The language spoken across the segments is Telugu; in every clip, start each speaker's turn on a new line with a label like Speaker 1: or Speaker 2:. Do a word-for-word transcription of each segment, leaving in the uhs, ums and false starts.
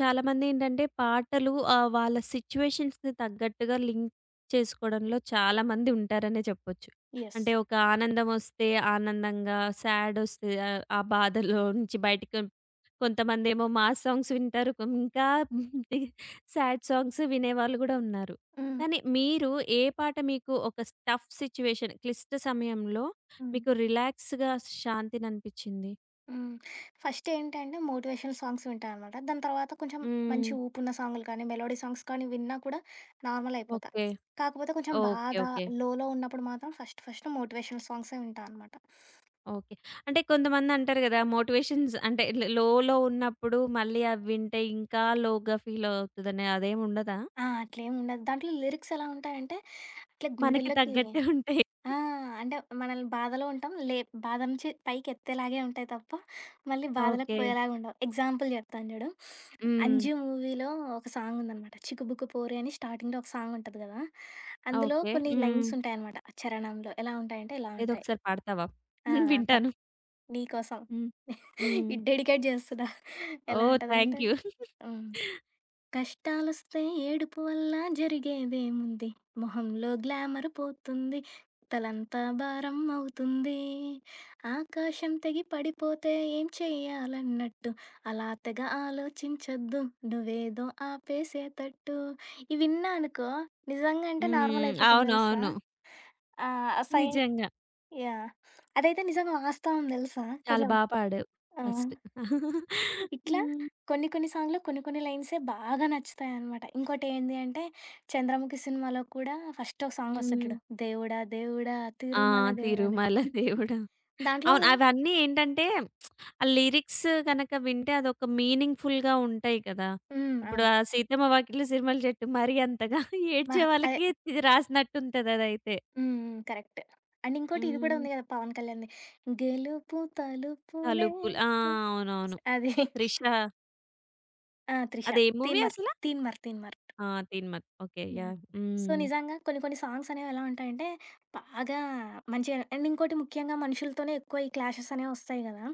Speaker 1: చాలామందేంటంటే పాటలు ఆహ్, వాళ్ళ సిట్యుయేషన్స్‌కి తగ్గట్టుగా లింక్ చేసుకోవడంలో చాలామంది ఉంటారనే చెప్పొచ్చు.
Speaker 2: యెస్.
Speaker 1: అంటే ఒక ఆనందమొస్తే ఆనందంగా, సాడొస్తే ఆహ్, ఆ ఆ బాధలో నుంచి బయటికి కొంతమందేమో మాస్ సాంగ్స్ వింటారు. కొం ఇంకా సాడ్ సాంగ్స్ వినేవాళ్ళు గూడా ఉన్నారు.
Speaker 2: హ్మ్.
Speaker 1: కానీ మీరు ఏ పాట మీకు ఒక టఫ్ సిట్యుయేషన్ క్లిష్ట సమయంలో
Speaker 2: హ్మ్.
Speaker 1: మీకు రిలాక్స్‌గా శాంతిననిపించింది?
Speaker 2: హ్మ్. ఫస్ట్ ఏంటంటే మోటివేషనల్ సాంగ్స్ వింటా అనమాట. దాని తర్వాత కొంచెం మంచి
Speaker 1: హ్మ్.
Speaker 2: ఊపున్న సాంగులు కానీ, మెలోడీ సాంగ్స్ కానీ విన్నా కూడా నార్మల్ అయిపోతా.
Speaker 1: ఓకే.
Speaker 2: కాకపోతే కొంచెం ఆ!
Speaker 1: ఓకే.
Speaker 2: బాధ,
Speaker 1: ఓకే.
Speaker 2: లోలో ఉన్నప్పుడు మాత్రం ఫస్ట్ ఫస్ట్ మోటివేషనల్ సాంగ్సే వింటా అనమాట.
Speaker 1: ఓకే. అంటే కొంతమందంటారు గదా! మోటివేషన్స్ అంటే ల్ లోలో ఉన్నప్పుడు మళ్ళీ అవి వింటే ఇంకా లోగా ఫీల్ అవుతదని అదేం ఉండదా?
Speaker 2: ఆ! అట్లేం ఉండదు. దాంట్లో లిరిక్స్ ఎలా ఉంటాయంటే ఇట్లా హ్మ్.
Speaker 1: మనకి
Speaker 2: గుండెల్లోకి.
Speaker 1: తగ్గట్టే ఉంటాయి.
Speaker 2: ఆ! అంటే మనల్ని బాధలో ఉంటాం. లే బాధ నుంచి పైకెత్తేలాగే ఉంటాయి తప్ప, మళ్ళీ హ్మ్. బాధలోకి
Speaker 1: ఓకే.
Speaker 2: పోయేలాగా ఉండవు. ఎగ్జాంపుల్ చెప్తాను చూడు.
Speaker 1: హ్మ్.
Speaker 2: 'అంజు' మూవీలో ఒక సాంగ్ ఉందనమాట. 'చిక్కుబుక్కు పోరి' అని స్టార్టింగ్‌లో ఒక సాంగ్ ఉంటది కదా! అందులో
Speaker 1: ఓకే.
Speaker 2: కొన్ని
Speaker 1: హ్మ్.
Speaker 2: లైన్స్ ఉంటాయనమాట. చరణంలో ఎలా ఉంటాయంటే ఇలా
Speaker 1: ఏదో
Speaker 2: ఉంటాయి.
Speaker 1: ఒకసారి పాడతావా?
Speaker 2: ఆ!
Speaker 1: ఉమ్,
Speaker 2: తప్
Speaker 1: వింటాను.
Speaker 2: నీకోసం
Speaker 1: హ్మ్.
Speaker 2: ఇది
Speaker 1: హ్మ్.
Speaker 2: డెడికేట్ చేస్తున్నా. ఎలా హ్మ్.
Speaker 1: ఓహ్!
Speaker 2: ఉంటదంటే,
Speaker 1: థ్యాంక్ యూ.
Speaker 2: హ్మ్. కష్టాలొస్తే ఏడుపు వల్ల జరిగేదేముంది? మొహంలో గ్లామర్ పోతుంది. తలంతా భారం అవుతుంది. ఆకాశం తెగి పడిపోతే ఏం చెయ్యాలన్నట్టు. అలా తెగ ఆలోచించొద్దు. నువ్వేదో ఆపేసేతట్టు. ఇవి విన్నా అనుకో నిజంగా అంటే నార్మల్
Speaker 1: హ్మ్.
Speaker 2: అయిపోతాను తెలుసా?
Speaker 1: అవునవును.
Speaker 2: ఆహ్, సైన్
Speaker 1: నిజంగా.
Speaker 2: యాహ్! అదైతే నిజంగా వాస్తవం తెలుసా?
Speaker 1: చాలా
Speaker 2: కొంచెం
Speaker 1: బా పాడావు
Speaker 2: ఆ!
Speaker 1: ఫస్ట్.
Speaker 2: ఇట్లా
Speaker 1: హ్మ్.
Speaker 2: కొన్ని కొన్ని సాంగ్‌లో కొన్ని కొన్ని లైన్సే బాగా నచ్చుతాయనమాట. ఇంకోటేంది అంటే 'చంద్రముఖి' సినిమాలో కూడా ఫస్ట్ ఒక సాంగొస్తది
Speaker 1: హ్మ్.
Speaker 2: చూడు. దేవుడా దేవుడా
Speaker 1: ఆ!
Speaker 2: తిరుమల దేవుడా అని.
Speaker 1: తిరుమల దేవుడా!
Speaker 2: దాంట్లో
Speaker 1: అవును. అవన్నీ ఏంటంటే ఆ లిరిక్స్ గనక వింటే అదొక మీనింగ్‌ఫుల్‌గా ఉంటాయి కదా!
Speaker 2: హ్మ్.
Speaker 1: ఇప్పుడు
Speaker 2: అవును.
Speaker 1: ఆ 'సీతమ్మ వాకిట్లో సిరిమల్లె చెట్టు' మరీ అంతగా ఏడ్చే
Speaker 2: మహ అదే.
Speaker 1: వాళ్ళకి ఇది రాసినట్టుంటది అదైతే.
Speaker 2: హ్మ్. హ్మ్. కరెక్ట్. అండ్ ఇంకోటి ఇది కూడా
Speaker 1: హ్మ్.
Speaker 2: ఉంది కదా! పవన్ కళ్యాణ్‌ది. గెలుపు తలుపులే
Speaker 1: తలుపులు ఆ!
Speaker 2: తీ-"
Speaker 1: అవునవును.
Speaker 2: అది.
Speaker 1: 'త్రిష'
Speaker 2: ఆ! 'త్రిష'.
Speaker 1: అది ఏ మూవీ
Speaker 2: 'తీన్‌మార్'
Speaker 1: అసల?
Speaker 2: 'తీన్‌మార్' 'తీన్‌మార్'.
Speaker 1: ఆ! 'తీన్‌మత్' okay.
Speaker 2: Yeah!
Speaker 1: Yeah!
Speaker 2: So,
Speaker 1: hmm.
Speaker 2: నిజంగా కొన్ని కొన్ని సాంగ్స్ అనేవి ఎలా ఉంటాయంటే, బాగా మంచిగా. అండ్ ఇంకోటి ముఖ్యంగా మనుషులతోనే ఎక్కువ ఈ క్లాషెస్ అనేవి వస్తాయి గదా!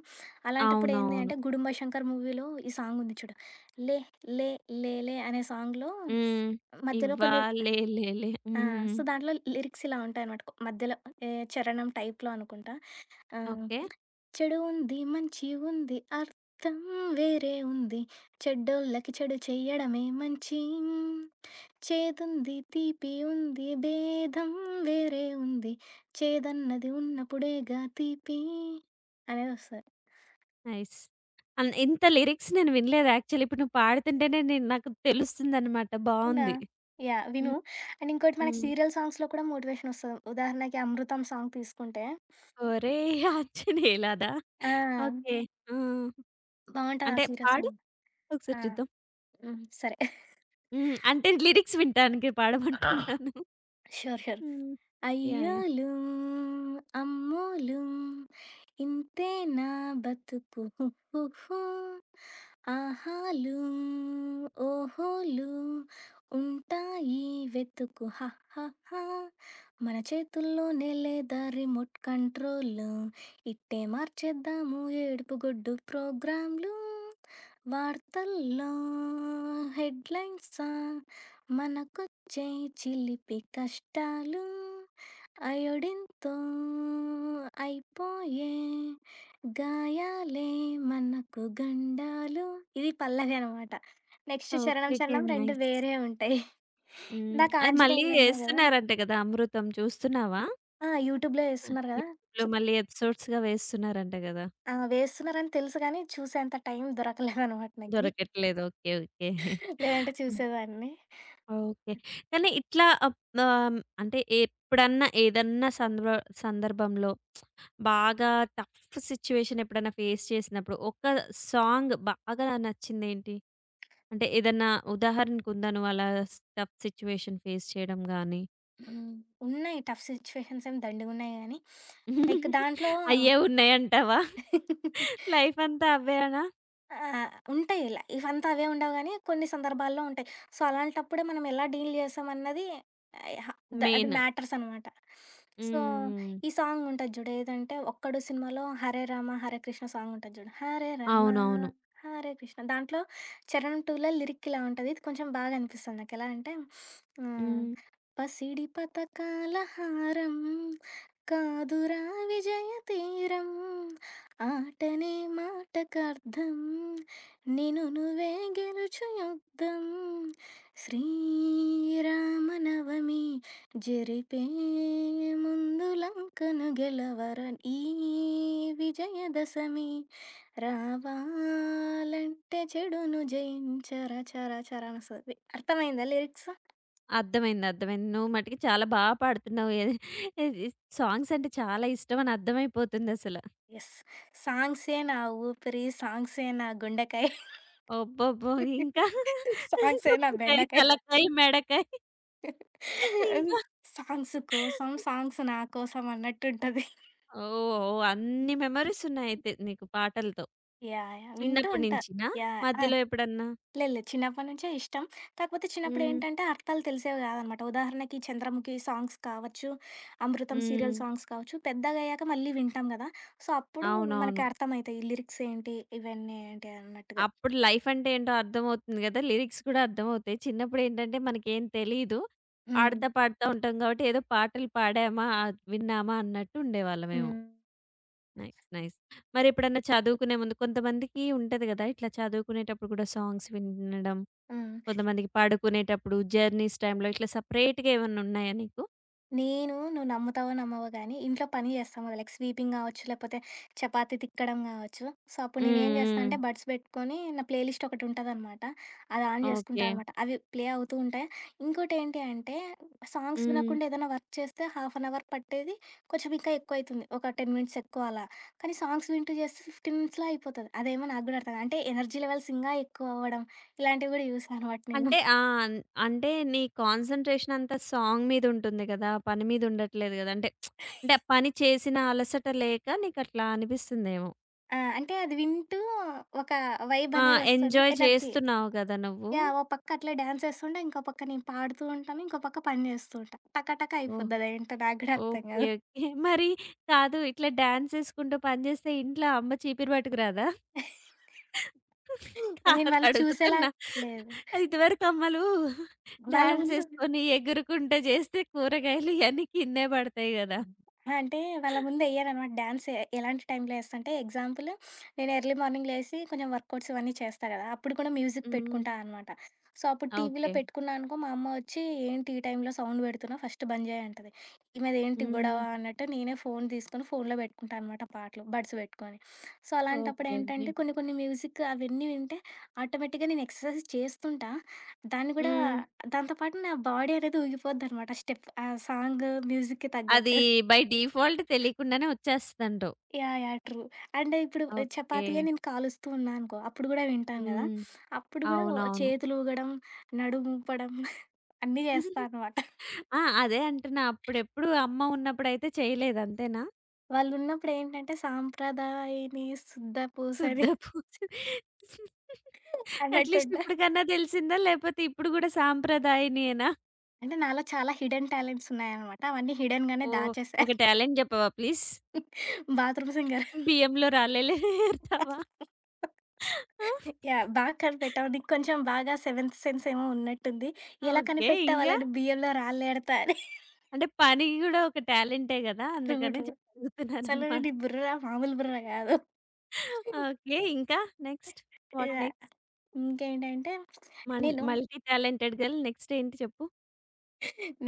Speaker 2: అలాంటప్పుడు ఏంది
Speaker 1: అవునవును.
Speaker 2: అంటే, 'గుడుంబ శంకర్' మూవీలో ఈ సాంగ్ ఉంది చూడు. 'లే లే లేలే' అనే సాంగ్‌లో
Speaker 1: హ్మ్.
Speaker 2: మధ్యలో కొన్ని.
Speaker 1: ఇవ్వాలేలేలే.
Speaker 2: ఆ!
Speaker 1: హ్మ్.
Speaker 2: సో, దాంట్లో లిరిక్స్ ఇలా ఉంటాయనమాట. మధ్యలో ఏ చరణం టైప్‌లో అనుకుంటా. ఆహ్,
Speaker 1: ఓకే.
Speaker 2: చెడు ఉంది, మంచి ఉంది, అర్థం వేరే ఉంది. చెడ్డోళ్ళకి చెడు చెయ్యడమే మంచి. చేదుంది తీపి ఉంది భేదం వేరే ఉంది. చేదన్నది ఉన్నప్పుడేగా తీపి అనేది వస్తుంది.
Speaker 1: నైస్. అన్ ఇంత లిరిక్స్ నేను వినలేదు యాక్చువల్లీ. ఇప్పుడు నువ్వు పాడుతుంటేనే నేను నాకు తెలుస్తుందన్నమాట.
Speaker 2: అవునా,
Speaker 1: బావుంది.
Speaker 2: యా విను.
Speaker 1: హ్మ్.
Speaker 2: అండ్ ఇంకోటి మనకి
Speaker 1: హ్మ్.
Speaker 2: సీరియల్ సాంగ్స్ లో కూడా మోటివేషన్ వస్తుంది. ఉదాహరణకి అమృతం సాంగ్ తీసుకుంటే,
Speaker 1: ఒరేయ్! ఆంజనేయులాదా?
Speaker 2: ఆ
Speaker 1: ఓకే. ఆ!
Speaker 2: బాగుంటుంది ఆ
Speaker 1: అంటే
Speaker 2: సీరియల్
Speaker 1: పాడు
Speaker 2: సాంగ్.
Speaker 1: ఒకసారి చూద్దాం.
Speaker 2: సరే,
Speaker 1: హ్మ్. అంటే లిరిక్స్ వినటానికి పాడమంటున్నాను.
Speaker 2: Sure sure.
Speaker 1: Hmm. Yeah! Yeah!
Speaker 2: అయ్యోలు అమ్మోలు ఇంతే నా బతుకు హు, హు, హు. ఆహాలు ఓహోలు ఉంటాయి వెతుకు హ, హ, హ. మన చేతుల్లోనే లేదా రిమోట్ కంట్రోల్. ఇట్టే మార్చేద్దాము ఏడుపు గొడ్డు ప్రోగ్రాంలు. వార్తల్లో హెడ్లైన్స్ మనకొచ్చే చిలిపి కష్టాలు. అయోడిన్‌తో అయిపోయే గాయాలే మనకు గండాలు. ఇది పల్లవి అనమాట. Next
Speaker 1: okay.
Speaker 2: 'చరణం
Speaker 1: ఓకే.
Speaker 2: చరణం' రెండు
Speaker 1: నైస్.
Speaker 2: వేరే ఉంటాయి.
Speaker 1: హ్మ్.
Speaker 2: ఇందాక
Speaker 1: అది మళ్ళీ
Speaker 2: ఆంజనేయులు అన్నావు గదా!
Speaker 1: యేస్తున్నారంట గదా! 'అమృతం' చూస్తున్నావా?
Speaker 2: ఆ! యూట్యూబ్‌లో యేస్తున్నారు గదా!
Speaker 1: యూట్యూబ్‌లో
Speaker 2: చు
Speaker 1: మళ్ళీ ఎపిసోడ్స్‌గా వేస్తున్నారంట గదా!
Speaker 2: ఆ! వేస్తున్నారని తెలుసు గానీ, చూసేంత టైం దొరకలేదనమాట నాకి.
Speaker 1: దొరకట్లేదు. ఓకే. ఓకే.
Speaker 2: లేదంటే చూసేదాన్ని.
Speaker 1: ఓకే. కానీ ఇట్లా అప్ ఆహ్, అంటే ఎప్పుడన్నా ఏదన్నా సందర్భ సందర్భంలో బాగా టఫ్ సిట్యుయేషన్ ఎప్పుడైనా ఫేస్ చేసినప్పుడు ఒక సాంగ్ బాగా నచ్చిందేంటి? అంటే ఏదన్నా ఉదాహరణకుందా నువ్వలా టఫ్ సిట్యుయేషన్ ఫేస్ చేయడం గాని?
Speaker 2: హ్మ్. ఉన్నాయి, టఫ్ సిట్యుయేషన్స్ ఏమి దండిగున్నాయి గానీ, లైక్ దాంట్లో
Speaker 1: అయ్యే ఉన్నాయంటావా? లైఫంతా అవ్వేనా?
Speaker 2: ఆ! ఉంటాయి. లైఫ్ అంతా అవే ఉండవు గానీ, కొన్ని సందర్భాల్లో ఉంటాయి. సో, అలాంటప్పుడే మనం ఎలా డీల్ చేస్తామన్నది ఆహ్, ద అది హ్మ్.
Speaker 1: మెయిన్.
Speaker 2: మ్యాటర్స్ అనమాట. సో,
Speaker 1: హ్మ్.
Speaker 2: ఈ సాంగ్ ఉంటది చూడు. ఏదంటే 'ఒక్కడు' సినిమాలో 'హరే రామ హరే కృష్ణ' సాంగ్ ఉంటది చూడు. హరే రామ హ్మ్.
Speaker 1: అవునవును.
Speaker 2: హరే కృష్ణ. దాంట్లో 'చరణ్ 2లో లిరిక్ ఇలా ఉంటది. ఇది కొంచెం బాగా అనిపిస్తుంది నాకు. ఎలా అంటే ఆహ్, హ్మ్.
Speaker 1: హ్మ్.
Speaker 2: పసిడి పతకాల హారం కాదురా విజయ తీరం, ఆటనే మాటకర్థం, నిన్ను నువ్వే గెలుచు యుద్ధం. శ్రీరామనవమి జరిపే ముందు లంకను గెలవర. ఈ విజయదశమి రావాలంటే చెడును జయించర చర చర అని వస్తుంది. అర్థమైందా లిరిక్స్?
Speaker 1: అర్థమైంది. అర్థమైంది. నువ్వు మటికి చాలా బా పాడుతున్నావు. ఏ ఇది సాంగ్స్ అంటే చాలా ఇష్టమని అర్థమైపోతుందసల.
Speaker 2: ఎస్. సాంగ్సే నా ఊపిరి, సాంగ్సే నా గుండెకాయ,
Speaker 1: అబ్బబ్బో! ఇంకా
Speaker 2: సాంగ్సే నా
Speaker 1: గుండెకాయ,
Speaker 2: బెండకాయ,
Speaker 1: తలకాయ, మెడకాయ. ఇంకా
Speaker 2: సాంగ్స్ కోసం సాంగ్స్ నా కోసం అన్నట్టుంటది.
Speaker 1: ఓహ్! ఓహ్! అన్ని
Speaker 2: హ్మ్.
Speaker 1: మెమోరీస్ ఉన్నాయయితే నీకు పాటలతో.
Speaker 2: యాహ్! యాహ్! వింటూ
Speaker 1: చిన్నప్పటి
Speaker 2: ఉంటా.
Speaker 1: నించినా?
Speaker 2: యాహ్! ఆ!
Speaker 1: మధ్యలో ఎప్పుడన్నా?
Speaker 2: లేదు లేదు, చిన్నప్పటి నుంచే ఇష్టం. కాకపోతే చిన్నప్పుడు
Speaker 1: హ్మ్.
Speaker 2: ఏంటంటే అర్థాలు తెలిసేవి కాదనమాట. ఉదాహరణకి 'చంద్రముఖి' సాంగ్స్ కావచ్చు, 'అమృతం'
Speaker 1: హ్మ్.
Speaker 2: సీరియల్ సాంగ్స్ కావచ్చు. పెద్దగయ్యాక మళ్ళీ వింటాం గదా! సో, అప్పుడు
Speaker 1: అవునవును.
Speaker 2: మనకి అర్థమయితాయి. ఈ లిరిక్స్ ఏంటి, ఇవన్నీ ఏంటి అన్నట్టుగా.
Speaker 1: అప్పుడు లైఫ్ అంటే ఏంటో అర్థమవుతుంది గదా! లిరిక్స్ కూడా అర్థమవుతాయి. చిన్నప్పుడేంటంటే మనకేం తెలీదు.
Speaker 2: హ్మ్.
Speaker 1: ఆడతా పాడుతా ఉంటాం గాబట్టి ఏదో పాటలు పాడామా, ఆహ్, విన్నామా అన్నట్టు ఉండేవాళ్ళమేమో.
Speaker 2: హ్మ్.
Speaker 1: నైస్. నైస్. మరెప్పుడన్నా చదువుకునే ముందు కొంతమందికి ఉంటది గదా! ఇట్లా చదువుకునేటప్పుడు కూడా సాంగ్స్ వినడం.
Speaker 2: హ్మ్.
Speaker 1: కొంతమందికి పడుకునేటప్పుడు, జర్నీస్ టైమ్‌లో ఇట్లా సెపరేట్‌గా ఏమన్నా ఉన్నాయా నీకు?
Speaker 2: నేను, నువ్వు నమ్ముతావో నమ్మవో కానీ, ఇంట్లో పని చేస్తాం కదా. లైక్ స్వీపింగ్ కావచ్చు, లేకపోతే చపాతీ తిక్కడం కావచ్చు. సో అప్పుడు
Speaker 1: హ్మ్.
Speaker 2: నేను ఏం చేస్తాను అంటే
Speaker 1: హ్మ్.
Speaker 2: బడ్స్ పెట్టుకొని, నా ప్లేలిస్ట్ ఒకటి ఉంటుంది అనమాట. అది ఆన్
Speaker 1: ఓకే.
Speaker 2: చేసుకుంటాను అనమాట, అవి ప్లే అవుతూ ఉంటాయి. ఇంకోటి ఏంటి అంటే సాంగ్స్
Speaker 1: హ్మ్.
Speaker 2: వినకుండా ఏదైనా వర్క్ చేస్తే హాఫ్ అన్ అవర్ పట్టేది. కొంచెం ఇంకా ఎక్కువ అవుతుంది, ఒక టెన్ మినిట్స్ ఎక్కువ అలా. కానీ సాంగ్స్ వింటూ చేస్తే ఫిఫ్టీన్ మినిట్స్లో అయిపోతుంది. అదేమో నాకు కూడా అర్థం కాదు. అంటే ఎనర్జీ లెవెల్స్ ఇంకా ఎక్కువ అవ్వడం, ఇలాంటివి కూడా చూసాను అనమాట నేను.
Speaker 1: అంటే ఆ! అన్ అంటే నీ కాన్సంట్రేషన్ అంతా సాంగ్ మీద ఉంటుంది గదా! పని మీద ఉండట్లేదు గదా! అంటే అంటే ఆ పని చేసిన అలసట లేక నీకట్లా అనిపిస్తుందేమో.
Speaker 2: ఆ, అంటే అది వింటూ ఒక వైబ్
Speaker 1: ఆ!
Speaker 2: అనేది వస్తుంది,
Speaker 1: ఎంజాయ్
Speaker 2: ఎనర్జీ.
Speaker 1: చేస్తున్నావు గదా! నువ్వు.
Speaker 2: యాహ్! ఓ పక్క అట్లే డాన్స్ ఏస్తుంటా. ఇంకో పక్క నేను పాడుతూ ఉంటాను. ఇంకో పక్క పని జేస్తూ ఉంటా. టకటక
Speaker 1: ఓహ్!
Speaker 2: అయిపోద్ది, అదేంటో నాకు గూడా అర్థం
Speaker 1: ఓకే.
Speaker 2: గాదు.
Speaker 1: ఓకే. మరి కాదు ఇట్లా డాన్స్ చేసుకుంటూ పని చేస్తే ఇంట్లో అమ్మ చీపిరి పట్టుకురాదా?
Speaker 2: నేను
Speaker 1: కాదు
Speaker 2: వాళ్ళు చూసేలా
Speaker 1: అడుగుతున్నా.
Speaker 2: లేదు.
Speaker 1: ఇదివరకు అమ్మలు
Speaker 2: వాళ్ళ
Speaker 1: డాన్స్
Speaker 2: ముందు
Speaker 1: యేసుకొని, ఎగురుకుంటా జేస్తే కూరగాయలు ఇయన్నీ కిందే పడతాయి గదా!
Speaker 2: ఆ! అంటే వాళ్ళ ముందెయ్యననమాట డాన్స్. ఎ ఎలాంటి టైంలో ఏస్తా అంటే, ఎగ్జాంపుల్, నేను ఎర్లీ మార్నింగ్ లేసి కొంచెం వర్కౌట్స్ ఇవన్నీ చేస్తా గదా! అప్పుడు కూడా మ్యూజిక్
Speaker 1: హ్మ్.
Speaker 2: పెట్టుకుంటా అనమాట. సో, అప్పుడు టీవీలో
Speaker 1: ఓకే.
Speaker 2: పెట్టుకున్నా అనుకో, మా అమ్మ వచ్చి, "ఏంటి ఈ టైంలో సౌండ్ పెడుతున్నావు, ఫస్ట్ బంద్ చేయి" అంటది. ఈమెదేంటి గొడవ
Speaker 1: హ్మ్.
Speaker 2: అన్నట్టు నేనే ఫోన్ తీసుకొని ఫోన్‌లో పెట్టుకుంటా అనమాట పాటలు, బడ్స్ పెట్టుకొని. సో, హ్మ్.
Speaker 1: ఓకే. ఓకే.
Speaker 2: అలాంటప్పుడేంటంటే కొన్ని కొన్ని మ్యూజిక్ అవన్నీ వింటే ఆటోమేటిక్‌గా నేను ఎక్సర్సైజ్ చేస్తుంటా. దాన్ని కూడా
Speaker 1: హ్మ్.
Speaker 2: దాంతో పాటు నా బాడీ అనేది ఊగిపోద్దనమాట, స్టెప్ ఆ సాంగ్ మ్యూజిక్‌కి
Speaker 1: అది
Speaker 2: తగ్గట్టు.
Speaker 1: బై డిఫాల్ట్ తెలియకుండానే వచ్చేస్తదంటావు.
Speaker 2: యాహ్! యాహ్! ట్రూ. అంటే ఇప్పుడు
Speaker 1: ఓకే.
Speaker 2: చపాతీయే నేను కాలుస్తూ ఉన్నా అనుకో, అప్పుడు గూడా వింటాను గదా!
Speaker 1: హ్మ్.
Speaker 2: అప్పుడు గూడా
Speaker 1: అవునవును.
Speaker 2: చేతులు ఊగడం, నడుము ఊపడం అన్నీ జేస్తా అనమాట.
Speaker 1: ఆ! అదే అంటున్నా. అప్పుడెప్పుడు అమ్మ ఉన్నప్పుడైతే చేయలేదు అంతేనా?
Speaker 2: వాళ్ళున్నప్పుడేంటంటే సాంప్రదాయని శుద్ధ
Speaker 1: శుద్ధ
Speaker 2: పూసని
Speaker 1: పూజ. అట్‌లీస్ట్
Speaker 2: అన్నట్టుంటా.
Speaker 1: ఇప్పటికన్నా తెలిసిందా? లేపోతే ఇప్పుడు గూడా సాంప్రదాయనియేనా?
Speaker 2: అంటే నాలో చాలా హిడెన్ టాలెంట్స్ ఉన్నాయనమాట. అవన్నీ హిడెన్‌గానే
Speaker 1: ఓహ్!
Speaker 2: దాచేశా.
Speaker 1: ఒక టాలెంట్ జెప్పవా ప్లీజ్?
Speaker 2: Bathroom singer.
Speaker 1: బియ్యంలో రాళ్ళేలే ఏరుతావా? ఆ!
Speaker 2: యాహ్! బాగా కనిపెట్టావు. నీకు కొంచెం బాగా సెవెంత్ సెన్స్ ఏమో ఉన్నట్టుంది. ఎలా
Speaker 1: ఓకే.
Speaker 2: కనిపెట్టావు
Speaker 1: ఇంకా?
Speaker 2: అలాంటి బియ్యంలో రాళ్ళేడతా అని.
Speaker 1: అంటే పని గూడా ఒక టాలెంటే గదా!
Speaker 2: ట్రూ.
Speaker 1: అందుకనే
Speaker 2: ట్రూ.
Speaker 1: చె
Speaker 2: అసలు
Speaker 1: అడుగుతున్నాననమాట.
Speaker 2: నీ బుర్ర మామూలు బుర్ర గాదు.
Speaker 1: ఓకే. ఇంకా నెక్స్ట్? What
Speaker 2: yeah!
Speaker 1: నెక్స్ట్?
Speaker 2: ఇంకేంటంటే
Speaker 1: మల్
Speaker 2: నేను
Speaker 1: మల్టీ టాలెంటెడ్ గర్ల్ నెక్స్ట్ ఏంటి చెప్పు?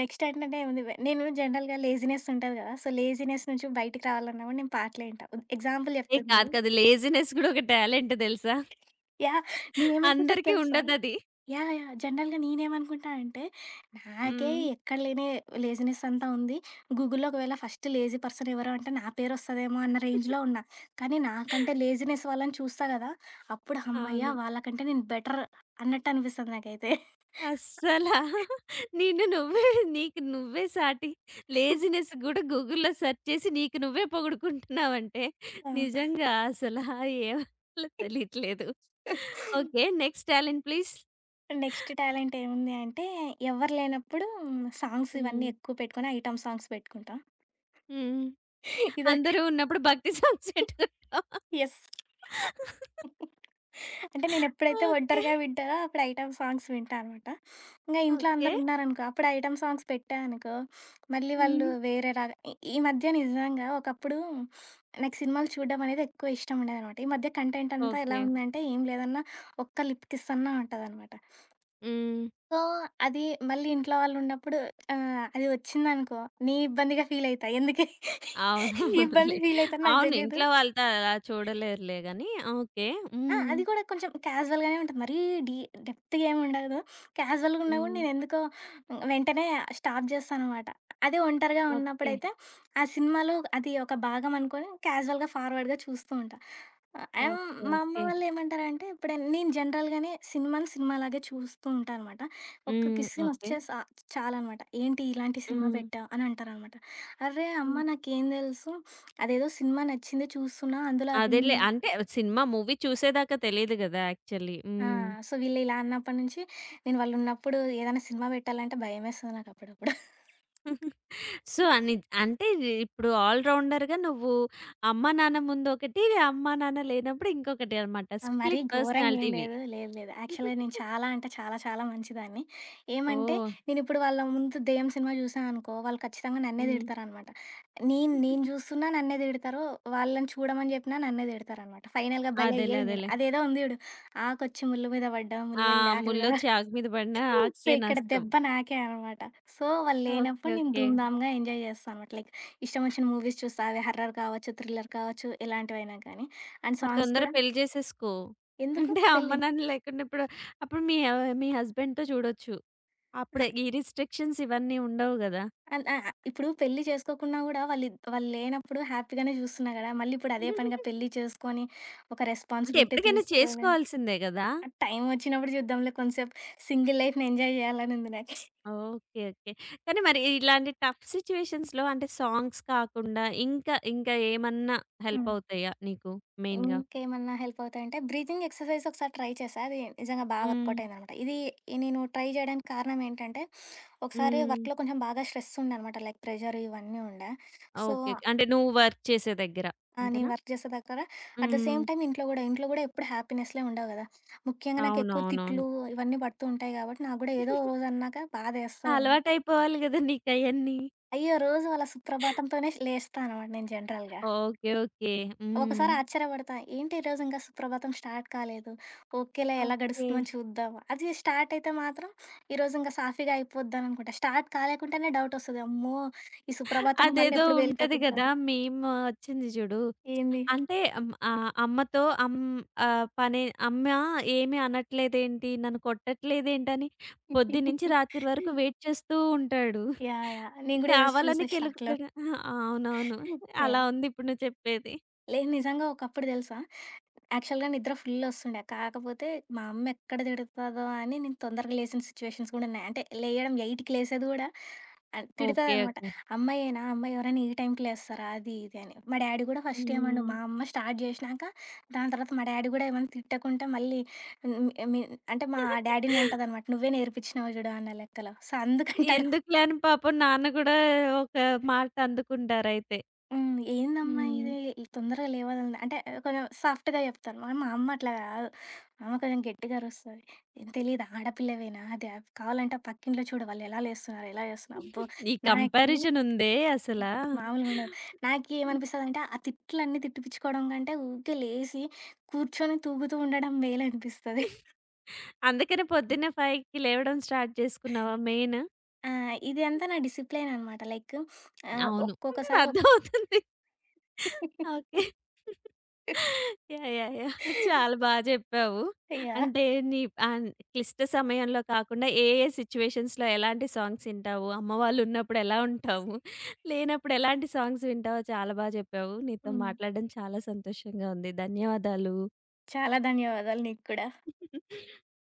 Speaker 2: నెక్స్ట్ అంటేనే ఏముంది, వె నేను జనరల్‌గా లేజినెస్ ఉంటది గదా! సో, లేజినెస్ నుంచి బయటికి రావాలన్నా గూడా నేను పాటలే వింటా. ఎగ్జాంపుల్
Speaker 1: ఏ
Speaker 2: చెప్తాను
Speaker 1: కాదు
Speaker 2: జూడు.
Speaker 1: కాదు. లేజినెస్ గూడా ఒక టాలెంట్ దెలుసా?
Speaker 2: యాహ్! నేనేమనుకుంటా
Speaker 1: అందరికీ
Speaker 2: తెలుసా?
Speaker 1: ఉండదది.
Speaker 2: యాహ్! యాహ్! జనరల్‌గా నేనేమనుకుంటా అంటే, నాకే
Speaker 1: హ్మ్.
Speaker 2: ఎక్కడ లేని లేజినెస్ అంతా ఉంది. గూగుల్‌లో ఒకవేళ ఫస్ట్ లేజీ పర్సన్ ఎవరు అంటే నా పేరొస్తదేమో అన్న రేంజ్‌లో ఉన్నా. కానీ నాకంటే లేజినెస్ వాళ్ళని చూస్తా గదా! అప్పుడు
Speaker 1: అవును.
Speaker 2: హమ్మయ్య, వాళ్ళకంటే నేను బెటర్ అన్నట్టు అనిపిస్తది నాకైతే.
Speaker 1: అస్సలా నిన్ను నువ్వే నీకు నువ్వే సాటి. లేజినెస్ గూడా గూగుల్‌లో సెర్చ్ చేసి నీకు నువ్వే పొగుడుకుంటున్నావంటే
Speaker 2: ఆ!
Speaker 1: నిజంగా అసలా ఏమనాలో తెలియట్లేదు. Okay. Next talent please.
Speaker 2: Next talent ఏముంది అంటే, ఎవ్వరు లేనప్పుడు సాంగ్స్
Speaker 1: హ్మ్.
Speaker 2: ఇవన్నీ ఎక్కువ పెట్టుకొని, ఐటెమ్ సాంగ్స్ పెట్టుకుంటా.
Speaker 1: హ్మ్.
Speaker 2: ఇదో,
Speaker 1: అందరూ ఉన్నప్పుడు భక్తి సాంగ్స్ పెట్టుకుంటాం.
Speaker 2: యెస్. అంటే నేనెప్పుడైతే
Speaker 1: ఓకే.
Speaker 2: ఒంటరిగా వింటానో, అప్పుడు ఐటెమ్ సాంగ్స్ వింటా అనమాట. ఇంగా ఇంట్లో
Speaker 1: ఓకే.
Speaker 2: అందరూ ఉన్నారనుకో, అప్పుడు ఐటెమ్ సాంగ్స్ పెట్టా అనుకో, మళ్ళీ వాళ్ళు
Speaker 1: హ్మ్.
Speaker 2: వేరే లాగా. ఈ ఈ మధ్య నిజంగా ఒకప్పుడు నాకు సినిమాలు చూడడం అనేది ఎక్కువ ఇష్టం ఉండేదనమాట. ఈ మధ్య కంటెంట్ అంతా ఎలా
Speaker 1: ఓకే.
Speaker 2: ఉందంటే, ఏం లేదన్నా ఒక్క లిప్ కిస్ అన్నా ఉంటదనమాట.
Speaker 1: హ్మ్.
Speaker 2: సో, అది మళ్ళీ ఇంట్లో వాళ్ళున్నప్పుడు ఆహ్, అది వచ్చిందనుకో, నీ ఇబ్బందిగా ఫీలయితా. ఎందుకే నీ
Speaker 1: అవునవునులే.
Speaker 2: ఇబ్బంది ఫీలయితానో నాకు
Speaker 1: అవును.
Speaker 2: తెలీదు.
Speaker 1: ఇంట్లో వాళ్ళతో అలా చూడలేరులే గానీ ఓకే.
Speaker 2: ఆ!
Speaker 1: హ్మ్.
Speaker 2: అది కూడా కొంచెం క్యాజువల్‌గానే ఉంటది. మరీ డీ డెప్త్‌గా ఏమి ఉండదు. క్యాజువల్‌గా ఉన్నా కూడా
Speaker 1: హ్మ్.
Speaker 2: నేనెందుకో వెంటనే స్టాప్ చేస్తాననమాట. అదే ఒంటరిగా
Speaker 1: ఓకే.
Speaker 2: ఉన్నప్పుడైతే ఆ సినిమాలో అది ఒక భాగం అనుకోని క్యాజువల్‌గా ఫార్వర్డ్‌గా చూస్తూ ఉంటా. ఆహ్,
Speaker 1: ఓకే.
Speaker 2: మా అమ్మ
Speaker 1: ఓకే.
Speaker 2: వాళ్ళు ఏమంటారంటే ఇప్పుడు నేను జనరల్‌గానే సినిమాని సినిమాలాగే చూస్తూ ఉంటా అనమాట. ఒక్క
Speaker 1: హ్మ్.
Speaker 2: కిస్సిన్
Speaker 1: ఓకే.
Speaker 2: వస్తే సా చాలనమాట. ఏంటి ఇలాంటి సినిమా
Speaker 1: హ్మ్.
Speaker 2: పెట్టావు అని అంటారనమాట. అర్రే అమ్మ!
Speaker 1: హ్మ్.
Speaker 2: నాకేం తెలుసు, అదేదో సినిమా నచ్చింది చూస్తున్నా, అందులో అది.
Speaker 1: అదేలే. అంటే సినిమా, మూవీ చూసేదాకా తెలీదు గదా! యాక్చువల్లీ.
Speaker 2: ఆ!
Speaker 1: హ్మ్.
Speaker 2: సో, వీళ్ళు ఇలా అన్నప్పటి నుంచి నేను వాళ్ళున్నప్పుడు ఏదైనా సినిమా పెట్టాలంటే భయమేస్తది నాకప్పుడప్పుడు.
Speaker 1: సో, అని అంటే ఇప్పుడు ఆల్ రౌండర్‌గా నువ్వు అమ్మా, నాన్న ముందు ఒకటి, అమ్మా, నాన్న లేనప్పుడు ఇంకొకటి అన్నమాట.
Speaker 2: ఆ! మరీ
Speaker 1: స్ప్లిట్
Speaker 2: ఘోరంగా ఏం
Speaker 1: పర్సనాలిటీవి.
Speaker 2: లేదు. లేదు, లేదు. యాక్చువల్‌గా నేను చాలా అంటే చాలా చాలా మంచిదాన్ని. ఏమంటే
Speaker 1: ఓహ్!
Speaker 2: నేనిప్పుడు వాళ్ళ ముందు దెయ్యం సినిమా చూసా అనుకో, వాళ్ళు ఖచ్చితంగా నన్నే
Speaker 1: హ్మ్.
Speaker 2: తిడతారనమాట. నేను నేను చూస్తున్నా నన్నే తిడతారు. వాళ్ళని చూడమని చెప్పినా నన్నే తిడతారనమాట. ఫైనల్‌గా భలే
Speaker 1: అదేలే.
Speaker 2: అయ్యేది నేను.
Speaker 1: అదేలే.
Speaker 2: అదేదో ఉంది చూడు, "ఆకొచ్చి ముల్లు మీద పడ్డా,
Speaker 1: ఆ!
Speaker 2: ముల్లెల్లి ఆకు మీద".
Speaker 1: ముల్లో చాకు మీద పడిన
Speaker 2: సో,
Speaker 1: ఆక్కే
Speaker 2: ఇక్కడ
Speaker 1: నష్టం.
Speaker 2: దెబ్బ నాకే అనమాట. సో, వాళ్ళు
Speaker 1: ఓకే.
Speaker 2: లేనప్పుడు నేను
Speaker 1: ఓకే.
Speaker 2: ధూమ్‌ధామ్‌గా ఎంజాయ్ చేస్తా అనమాట. లైక్ ఇష్టం వచ్చిన మూవీస్ చూస్తా. అవి హర్రర్ కావచ్చు, థ్రిల్లర్ కావచ్చు, ఎలాంటివైనా కానీ. అండ్
Speaker 1: మరి
Speaker 2: సాంగ్స్
Speaker 1: తొందరగా
Speaker 2: కూడా.
Speaker 1: పెళ్లి చేసేసుకో.
Speaker 2: ఎందుకు
Speaker 1: అంటే అమ్మ,
Speaker 2: పెళ్లి?
Speaker 1: నాన్న లేకుండా ఇప్పుడు అప్పుడు మీ ఆహ్, మీ హస్బెండ్‌తో చూడొచ్చు.
Speaker 2: అహా!
Speaker 1: అప్పుడే ఈ రిస్ట్రిక్షన్స్ ఇవన్నీ ఉండవు గదా!
Speaker 2: అన్ ఆహ్, ఇప్పుడు పెళ్లి చేసుకోకున్నా గూడా వాళ్ళిద్ వాళ్ళు లేనప్పుడు హ్యాపీగానే చూస్తున్నా గదా! మళ్ళీ ఇప్పుడు అదే పనిగా పెళ్లి చేసుకొని, ఒక
Speaker 1: అంటే
Speaker 2: రెస్పాన్సిబిలిటీ
Speaker 1: ఎప్పటికైనా
Speaker 2: తీసుకోని,
Speaker 1: చేసుకోవాల్సిందే గదా!
Speaker 2: టైం వచ్చినప్పుడు చూద్దాంలే. కొంసేపు సింగిల్ లైఫ్‌ని ఎంజాయ్ చేయాలని ఉంది నాకు.
Speaker 1: ఓకే. ఓకే. కానీ మరి ఇలాంటి టఫ్ సిట్యుయేషన్స్‌లో అంటే సాంగ్స్ కాకుండా ఇంకా, ఇంకా ఏమన్నా హెల్ప్
Speaker 2: హ్మ్.
Speaker 1: అవుతాయా నీకు మెయిన్‌గా?
Speaker 2: ఇంకేమన్నా హెల్ప్ అవుతాయంటే, బ్రీతింగ్ ఎక్సర్సైజ్ ఒకసారి ట్రై చేశా. అది నిజంగా బా
Speaker 1: హ్మ్.
Speaker 2: వర్కౌట్ అయిందనమాట. ఇది ఈ నేను ట్రై చేయడానికి కారణం ఏంటంటే, ఒకసారి
Speaker 1: హ్మ్.
Speaker 2: వర్క్‌లో కొంచెం బాగా స్ట్రెస్ ఉండనమాట. లైక్ ప్రెషర్ ఇవన్నీ ఉండే. So,
Speaker 1: okay. అంటే నువ్వు వర్క్ చేసే దగ్గర
Speaker 2: ఆ! నేను
Speaker 1: అంతేనా?
Speaker 2: వర్క్ చేసే దగ్గర, at the
Speaker 1: hmm.
Speaker 2: Same time ఇంట్లో గూడా. ఇంట్లో గూడా ఎప్పుడు హ్యాపీనెస్‌లే ఉండవు గదా! ముఖ్యంగా నాకెక్కువ
Speaker 1: అవునవునవును.
Speaker 2: తిట్లు ఇవన్నీ పడుతూ ఉంటాయి గాబట్టి, నాకు గూడా ఏదో ఓ రోజన్నాక బాధేస్తదనమాట.
Speaker 1: అలవాటయిపోవాలి గదా! నీకయన్నీ.
Speaker 2: అయ్యో! రోజు వాళ్ళ సుప్రభాతంతోనే లేస్తా అనమాట నేను జనరల్‌గా.
Speaker 1: ఓకే. ఓకే. హ్మ్.
Speaker 2: ఒకసారి ఆశ్చర్యపడతా. ఏంటి ఈరోజు ఇంకా సుప్రభాతం స్టార్ట్ కాలేదు. ఓకేలే, ఎలా
Speaker 1: ఓకే.
Speaker 2: గడుస్తుందో చూద్దాం. అది స్టార్ట్ అయితే మాత్రం ఈరోజు ఇంకా సాఫీగా అయిపోద్దననుకుంటా. స్టార్ట్ కాలేకుంటేనే డౌటొస్తది. అమ్మో! ఈ సుప్రభాతానికి మళ్ళీ
Speaker 1: అదేదో
Speaker 2: ఎప్పుడు
Speaker 1: ఉంటది
Speaker 2: పేలిపోతుందా.
Speaker 1: గదా! మీమ్ వచ్చింది జూడు.
Speaker 2: ఏంది?
Speaker 1: అంటే అమ్ ఆహ్, అమ్మతో అమ్ ఆహ్, పనే అమ్మ ఏమి అనట్లేదేంటి? నన్ను కొట్టట్లేదేంటని పొద్దున్నుంచి రాత్రి వరకు వెయిట్ చేస్తూ ఉంటాడు.
Speaker 2: యాహ్! యాహ్! నేను గూడా ఈరోజు
Speaker 1: కావాలని
Speaker 2: చూసా షాక్‌లో.
Speaker 1: కెలుకుతాడు. అహా! అవునవును. అలా
Speaker 2: యాహ్!
Speaker 1: ఉంది ఇప్పుడు నువ్వు చెప్పేది.
Speaker 2: లేదు. నిజంగా ఒకప్పుడు తెలుసా? యాక్చువల్‌గా నిద్ర ఫుల్ ఒస్తుండే. కాకపోతే మా అమ్మ ఎక్కడ తిడతదో అని నేను తొందరగా లేసిన సిచ్యువేషన్స్ కూడా ఉన్నాయి. అంటే లేయడం 8:00కి లేసేది కూడా ఆహ్, హ్మ్.
Speaker 1: ఓకే.
Speaker 2: తిడతదనమాట.
Speaker 1: ఓకే.
Speaker 2: "అమ్మాయేనా? అమ్మ ఎవరైనా ఈ టైంకి లేస్తారా?" అది ఇది అని. మా డ్యాడీ కూడా ఫస్ట్ ఏమనడు.
Speaker 1: హ్మ్.
Speaker 2: మా అమ్మ స్టార్ట్ చేసినాక దాని తర్వాత మా డ్యాడీ కూడా ఏమన్నా తిట్టకుంటే మళ్ళీ హ్మ్. మీ అంటే మా డ్యాడీని అంటదనమాట. "నువ్వే నేర్పించినావు చూడు" అన్న లెక్కలో. సో, అందుకంటాడు
Speaker 1: ఎందుకులే అని పాపం నాన్న గూడా ఒక మాట అందుకుంటారయితే.
Speaker 2: హ్మ్. ఏందమ్మా
Speaker 1: హ్మ్.
Speaker 2: ఇది, ఈ తొందరగా లేవాలని అంటే, కొంచెం సాఫ్ట్‌గా చెప్తాను. కానీ మా అమ్మ అట్లా కాదు. ఆమె కొంచెం గట్టిగా అరుస్తది. "ఏం తెలీదా? ఆడపిల్లవేనా? అది అది కావాలంటే ఆ పక్కింట్లో చూడు వాళ్ళు ఎలా లేస్తున్నారు, ఎలా చేస్తున్నారు." అబ్బో!
Speaker 1: ఈ
Speaker 2: నాకి
Speaker 1: కంపారిజన్ ఉందే అసలా.
Speaker 2: మామూలుగా ఉండదు. నాకి ఏమనిపిస్తదంటే ఆ తిట్లన్నీ తిట్టిపిచ్చుకోవడం కంటే ఊరికే లేసి కూర్చొని తూగుతూ ఉండడం మేలనిపిస్తది.
Speaker 1: అందుకనే పొద్దున్నే ఐదుకి లేవడం స్టార్ట్ చేసుకున్నావా మెయిన్?
Speaker 2: ఆ! ఇది అంతా నా డిసిప్లైన్ అనమాట. లైక్ ఆహ్, హ్మ్.
Speaker 1: అవును.
Speaker 2: ఒక్కొక్కసారి ఒక్
Speaker 1: అర్థమవుతుంది. ఓకే. యాహ్! యాహ్! యాహ్! చాలా బా జెప్పావు.
Speaker 2: యాహ్!
Speaker 1: అంటే నీ ఆహ్, క్లిష్ట సమయంలో కాకుండా ఏ ఏ సిట్యుయేషన్స్‌లో ఎలాంటి సాంగ్స్ వింటావు? అమ్మ వాళ్ళు ఉన్నప్పుడు ఎలా ఉంటావు? లేనప్పుడు ఎలాంటి సాంగ్స్ వింటావో చాలా బా జెప్పావు. నీతో
Speaker 2: హ్మ్.
Speaker 1: మాట్లాడడం చాలా సంతోషంగా ఉంది. ధన్యవాదాలు.
Speaker 2: చాలా ధన్యవాదాలు నీకు కూడా.